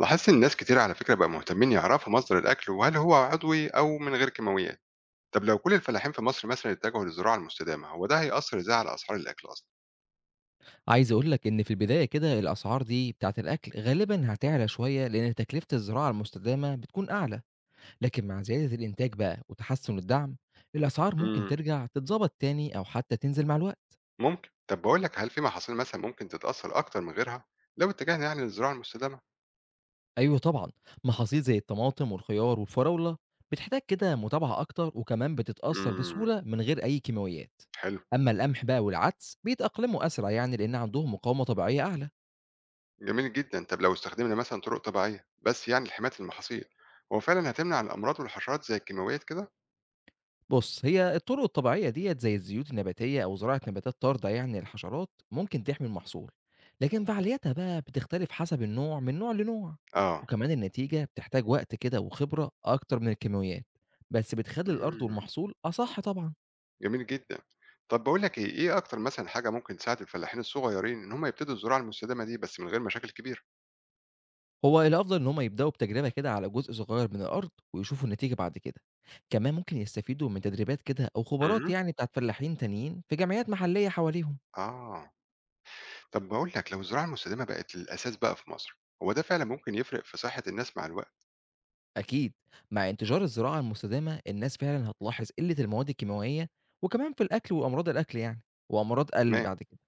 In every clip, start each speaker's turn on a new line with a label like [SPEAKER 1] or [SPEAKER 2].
[SPEAKER 1] لاحظت إن ناس كتير على فكرة بقى مهتمين يعرفوا مصدر الأكل وهل هو عضوي أو من غير كيماويات. طب لو كل الفلاحين في مصر مثلا اتجهوا للزراعة المستدامة، هو ده هيأثر إزاي على أسعار الأكل أصلا؟
[SPEAKER 2] عايز أقول لك إن في البداية كده الأسعار دي بتاعة الأكل غالبًا هتعلى شوية لأن تكلفة الزراعة المستدامة بتكون أعلى، لكن مع زيادة الإنتاج بقى وتحسن الدعم، الأسعار ممكن
[SPEAKER 1] امم
[SPEAKER 2] ترجع تتضبط تاني أو حتى تنزل مع الوقت.
[SPEAKER 1] ممكن. طب بقول لك هل في محاصيل مثلا ممكن تتأثر أكتر من غيرها لو اتجهنا يعني للزراعة المستدامة؟
[SPEAKER 2] أيوه طبعًا، محاصيل زي الطماطم والخيار والفراولة بتحتاج كده متابعة أكتر وكمان بتتأثر
[SPEAKER 1] امم
[SPEAKER 2] بسهولة من غير أي كيماويات.
[SPEAKER 1] حلو.
[SPEAKER 2] أما القمح بقى والعدس بيتأقلموا أسرع يعني لأن عندهم مقاومة طبيعية أعلى.
[SPEAKER 1] جميل جدا. طب لو استخدمنا مثلا طرق طبيعية بس يعني لحماية المحاصيل، هو فعلا هتمنع الأمراض والحشرات زي الكيماويات كده؟
[SPEAKER 2] بُص، هي الطرق الطبيعية ديّة زي الزيوت النباتية أو زراعة نباتات طاردة يعني للحشرات، ممكن تحمي المحصول، لكن فعاليتها بقى بتختلف حسب النوع من نوع لنوع،
[SPEAKER 1] اه.
[SPEAKER 2] وكمان النتيجة بتحتاج وقت كده وخبرة أكتر من الكيماويات، بس بتخلّي الأرض
[SPEAKER 1] امم
[SPEAKER 2] والمحصول أصح طبعًا.
[SPEAKER 1] جميل جدًا. طب باقول لك إيه، إيه أكتر مثلًا حاجة ممكن تساعد الفلاحين الصغيرين إن هم يبتدوا الزراعة المستدامة دي بس من غير مشاكل كبيرة؟
[SPEAKER 2] هو الأفضل إن هم يبدأوا بتجربة كده على جزء صغير من الأرض ويشوفوا النتيجة بعد كده. كمان ممكن يستفيدوا من تدريبات كده أو خبرات
[SPEAKER 1] اهم.
[SPEAKER 2] يعني بتاعة فلاحين تانيين في جمعيات محلية حواليهم.
[SPEAKER 1] آه. طب باقول لك لو الزراعة المستدامة بقت الأساس بقى في مصر، هو ده فعلًا ممكن يفرق في صحة الناس مع الوقت؟
[SPEAKER 2] أكيد، مع انتشار الزراعة المستدامة الناس فعلًا هتلاحظ قلة المواد الكيماوية، وكمان في الأكل وأمراض الأكل يعني، وأمراض قل
[SPEAKER 1] تمام،
[SPEAKER 2] بعد كده،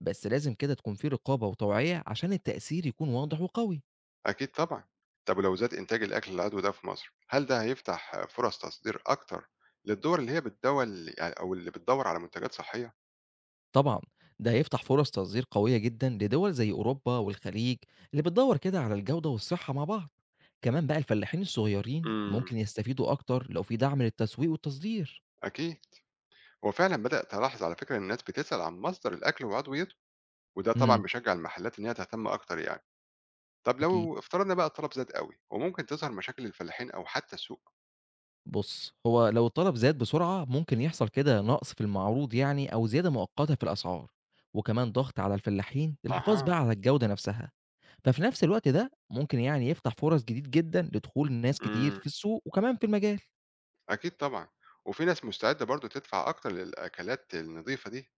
[SPEAKER 2] بس لازم كده تكون في رقابة وتوعية عشان التأثير يكون واضح وقوي،
[SPEAKER 1] أكيد طبعًا. طب ولو زاد إنتاج الأكل العضوي ده في مصر، هل ده هيفتح فرص تصدير أكتر للدول اللي هي بتدول يعني أو اللي بتدوّر على منتجات صحية؟
[SPEAKER 2] طبعًا ده هيفتح فرص تصدير قوية جدًا لدول زي أوروبا والخليج اللي بتدوّر كده على الجودة والصحة مع بعض، كمان بقى الفلاحين الصغيرين
[SPEAKER 1] إمم.
[SPEAKER 2] ممكن يستفيدوا أكتر لو في دعم للتسويق والتصدير.
[SPEAKER 1] أكيد. هو فعلًا بدأت ألاحظ على فكرة إن الناس بتسأل عن مصدر الأكل وعضويته، وده طبعًا
[SPEAKER 2] إمم،
[SPEAKER 1] بيشجّع المحلات إن هي تهتم أكتر يعني. طب
[SPEAKER 2] أكيد.
[SPEAKER 1] لو افترضنا بقى الطلب زاد أوي، وممكن تظهر مشاكل للفلاحين أو حتى السوق.
[SPEAKER 2] بُص، هو لو الطلب زاد بسرعة ممكن يحصل كده نقص في المعروض يعني أو زيادة مؤقتة في الأسعار، وكمان ضغط على الفلاحين للحفاظ
[SPEAKER 1] أها،
[SPEAKER 2] بقى على الجودة نفسها، ففي نفس الوقت ده ممكن يعني يفتح فرص جديد جدًا لدخول ناس كتير
[SPEAKER 1] إمم،
[SPEAKER 2] في السوق وكمان في المجال،
[SPEAKER 1] أكيد طبعًا. وفي ناس مستعدة برضه تدفع أكتر للأكلات النضيفة دي،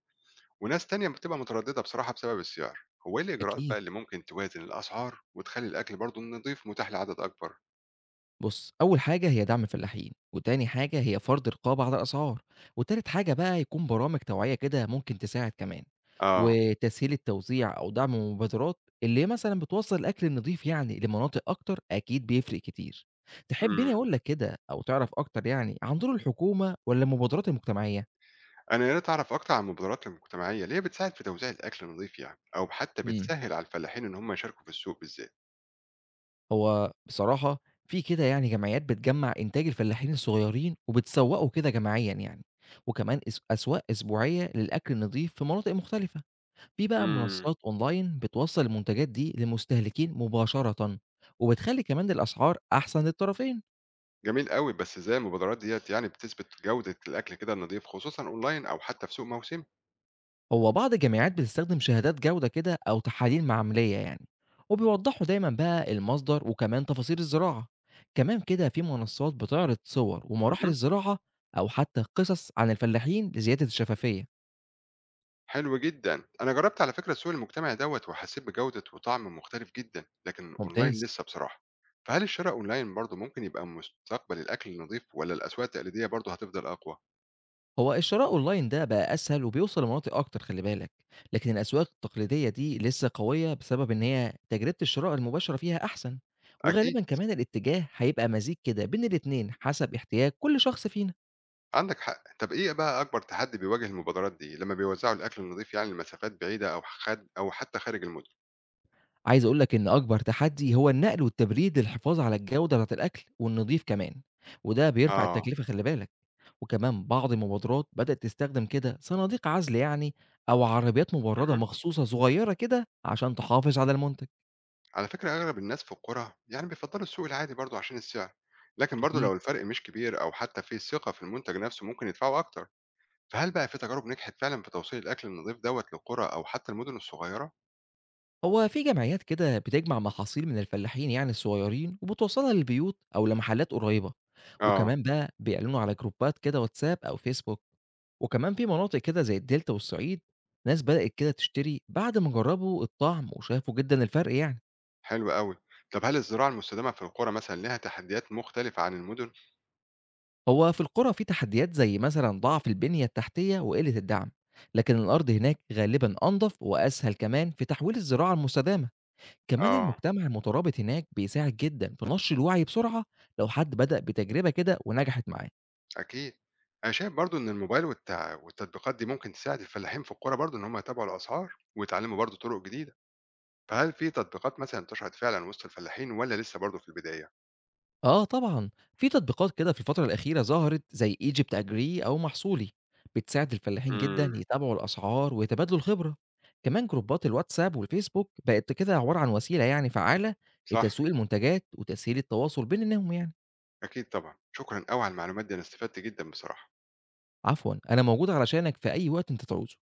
[SPEAKER 1] وناس تانية بتبقى مترددة بصراحة بسبب السعر. هو إيه الإجراءات
[SPEAKER 2] أكيد.
[SPEAKER 1] بقى اللي ممكن توازن الأسعار وتخلّي الأكل برضه النضيف متاح لعدد أكبر؟
[SPEAKER 2] بُص، أول حاجة هي دعم الفلاحين، وتاني حاجة هي فرض رقابة على الأسعار، وتالت حاجة بقى يكون برامج توعية كده ممكن تساعد كمان،
[SPEAKER 1] آه،
[SPEAKER 2] وتسهيل التوزيع أو دعم المبادرات اللي مثلًا بتوصّل الأكل النضيف يعني لمناطق أكتر أكيد بيفرق كتير.
[SPEAKER 1] إمم.
[SPEAKER 2] تحبّني أقول لك كده أو تعرف أكتر يعني عن دور الحكومة والّا المبادرات المجتمعية؟
[SPEAKER 1] أنا يا ريت أعرف أكتر عن المبادرات المجتمعية اللي هي بتساعد في توزيع الأكل النضيف يعني، أو حتى بتسهّل على الفلاحين إن هم يشاركوا في السوق بالذات.
[SPEAKER 2] هو بصراحة في كده يعني جمعيات بتجمّع إنتاج الفلاحين الصغيرين وبتسوّقه كده جماعيًا يعني، وكمان أسواق أسبوعية للأكل النضيف في مناطق مختلفة، في بقى
[SPEAKER 1] إمم.
[SPEAKER 2] منصات أونلاين بتوصّل المنتجات دي للمستهلكين مباشرةً، وبتخلّي كمان الأسعار أحسن للطرفين.
[SPEAKER 1] جميل أوي، بس إزاي المبادرات ديّة يعني بتثبت جودة الأكل كده النضيف خصوصًا أونلاين أو حتى في سوق موسمي؟
[SPEAKER 2] هو بعض الجامعات بتستخدم شهادات جودة كده أو تحاليل معملية يعني وبيوضحوا دايما بقى المصدر وكمان تفاصيل الزراعة، كمان كده في منصات بتعرض صور ومراحل
[SPEAKER 1] اهم.
[SPEAKER 2] الزراعة أو حتى قصص عن الفلاحين لزيادة الشفافية.
[SPEAKER 1] حلو جدًا، أنا جرّبت على فكرة السوق المجتمعي دوّة وحسيت بجودة وطعم مختلف جدًا، لكن أونلاين
[SPEAKER 2] ممتاز.
[SPEAKER 1] لسه بصراحة، فهل الشرا أونلاين برضه ممكن يبقى مستقبل الأكل النضيف والّا الأسواق التقليدية برضه هتفضل أقوى؟
[SPEAKER 2] هو الشراء أونلاين ده بقى أسهل وبيوصل لمناطق أكتر خلي بالك، لكن الأسواق التقليدية دي لسه قوية بسبب إن هي تجربة الشراء المباشرة فيها أحسن،
[SPEAKER 1] أكيد،
[SPEAKER 2] وغالبا كمان الاتجاه هيبقى مزيج كده بين الاتنين حسب احتياج كل شخص فينا.
[SPEAKER 1] عندك حق. طب إيه بقى أكبر تحدي بيواجه المبادرات دي لمّا بيوزعوا الأكل النضيف يعني لمسافات بعيدة أو خد أو حتى خارج المدن؟
[SPEAKER 2] عايز أقول لك إن أكبر تحدي هو النقل والتبريد للحفاظ على الجودة بتاعة الأكل والنضيف كمان، وده بيرفع
[SPEAKER 1] آه،
[SPEAKER 2] التكلفة خلّي بالك، وكمان بعض المبادرات بدأت تستخدم كده صناديق عزل يعني أو عربيات مبردة
[SPEAKER 1] اهم.
[SPEAKER 2] مخصوصة صغيرة كده عشان تحافظ على المنتج.
[SPEAKER 1] على فكرة أغلب الناس في القرى يعني بيفضلوا السوق العادي برضو عشان السعر، لكن برضو لو
[SPEAKER 2] أكيد.
[SPEAKER 1] الفرق مش كبير أو حتى في ثقة في المنتج نفسه ممكن يدفعوا أكتر. فهل بقى في تجارب نجحت فعلا في توصيل الأكل النظيف دوت للقرى أو حتى المدن الصغيرة؟
[SPEAKER 2] هو في جمعيات كده بتجمع محاصيل من الفلاحين يعني الصغيرين وبتوصلها للبيوت أو لمحلات قريبة،
[SPEAKER 1] آه.
[SPEAKER 2] وكمان بقى بيعلنوا على جروبات كده واتساب أو فيسبوك، وكمان في مناطق كده زي الدلتا والصعيد ناس بدأت كده تشتري بعد ما جربوا الطعم وشافوا جدا الفرق يعني.
[SPEAKER 1] حلو قوي. طب هل الزراعة المستدامة في القرى مثلا لها تحديات مختلفة عن المدن؟
[SPEAKER 2] هو في القرى في تحديات زي مثلا ضعف البنية التحتية وقلة الدعم، لكن الأرض هناك غالبا أنظف وأسهل كمان في تحويل الزراعة المستدامة، كمان
[SPEAKER 1] آه.
[SPEAKER 2] المجتمع المترابط هناك بيساعد جدًا في نشر الوعي بسرعة لو حد بدأ بتجربة كده ونجحت معاه.
[SPEAKER 1] أكيد. أنا شايف برضو إن الموبايل والتع... والتطبيقات دي ممكن تساعد الفلاحين في القرى برضو إن هم يتابعوا الأسعار ويتعلموا برضو طرق جديدة. فهل في تطبيقات مثلا انتشرت فعلا وسط الفلاحين ولا لسه برضو في البداية؟
[SPEAKER 2] آه طبعًا، في تطبيقات كده في الفترة الأخيرة ظهرت زي Egypt Agree أو محصولي، بتساعد الفلاحين جدًا
[SPEAKER 1] مم.
[SPEAKER 2] يتابعوا الأسعار ويتبادلوا الخبرة. كمان جروبات الواتساب والفيسبوك بقت كده عبارة عن وسيلة يعني فعّالة
[SPEAKER 1] صح،
[SPEAKER 2] لتسويق المنتجات وتسهيل التواصل بين النهم يعني.
[SPEAKER 1] أكيد طبعًا، شكرًا أوي على المعلومات دي، أنا استفدت جدًا بصراحة.
[SPEAKER 2] عفوًا، أنا موجود علشانك في أي وقت أنت تعوزه.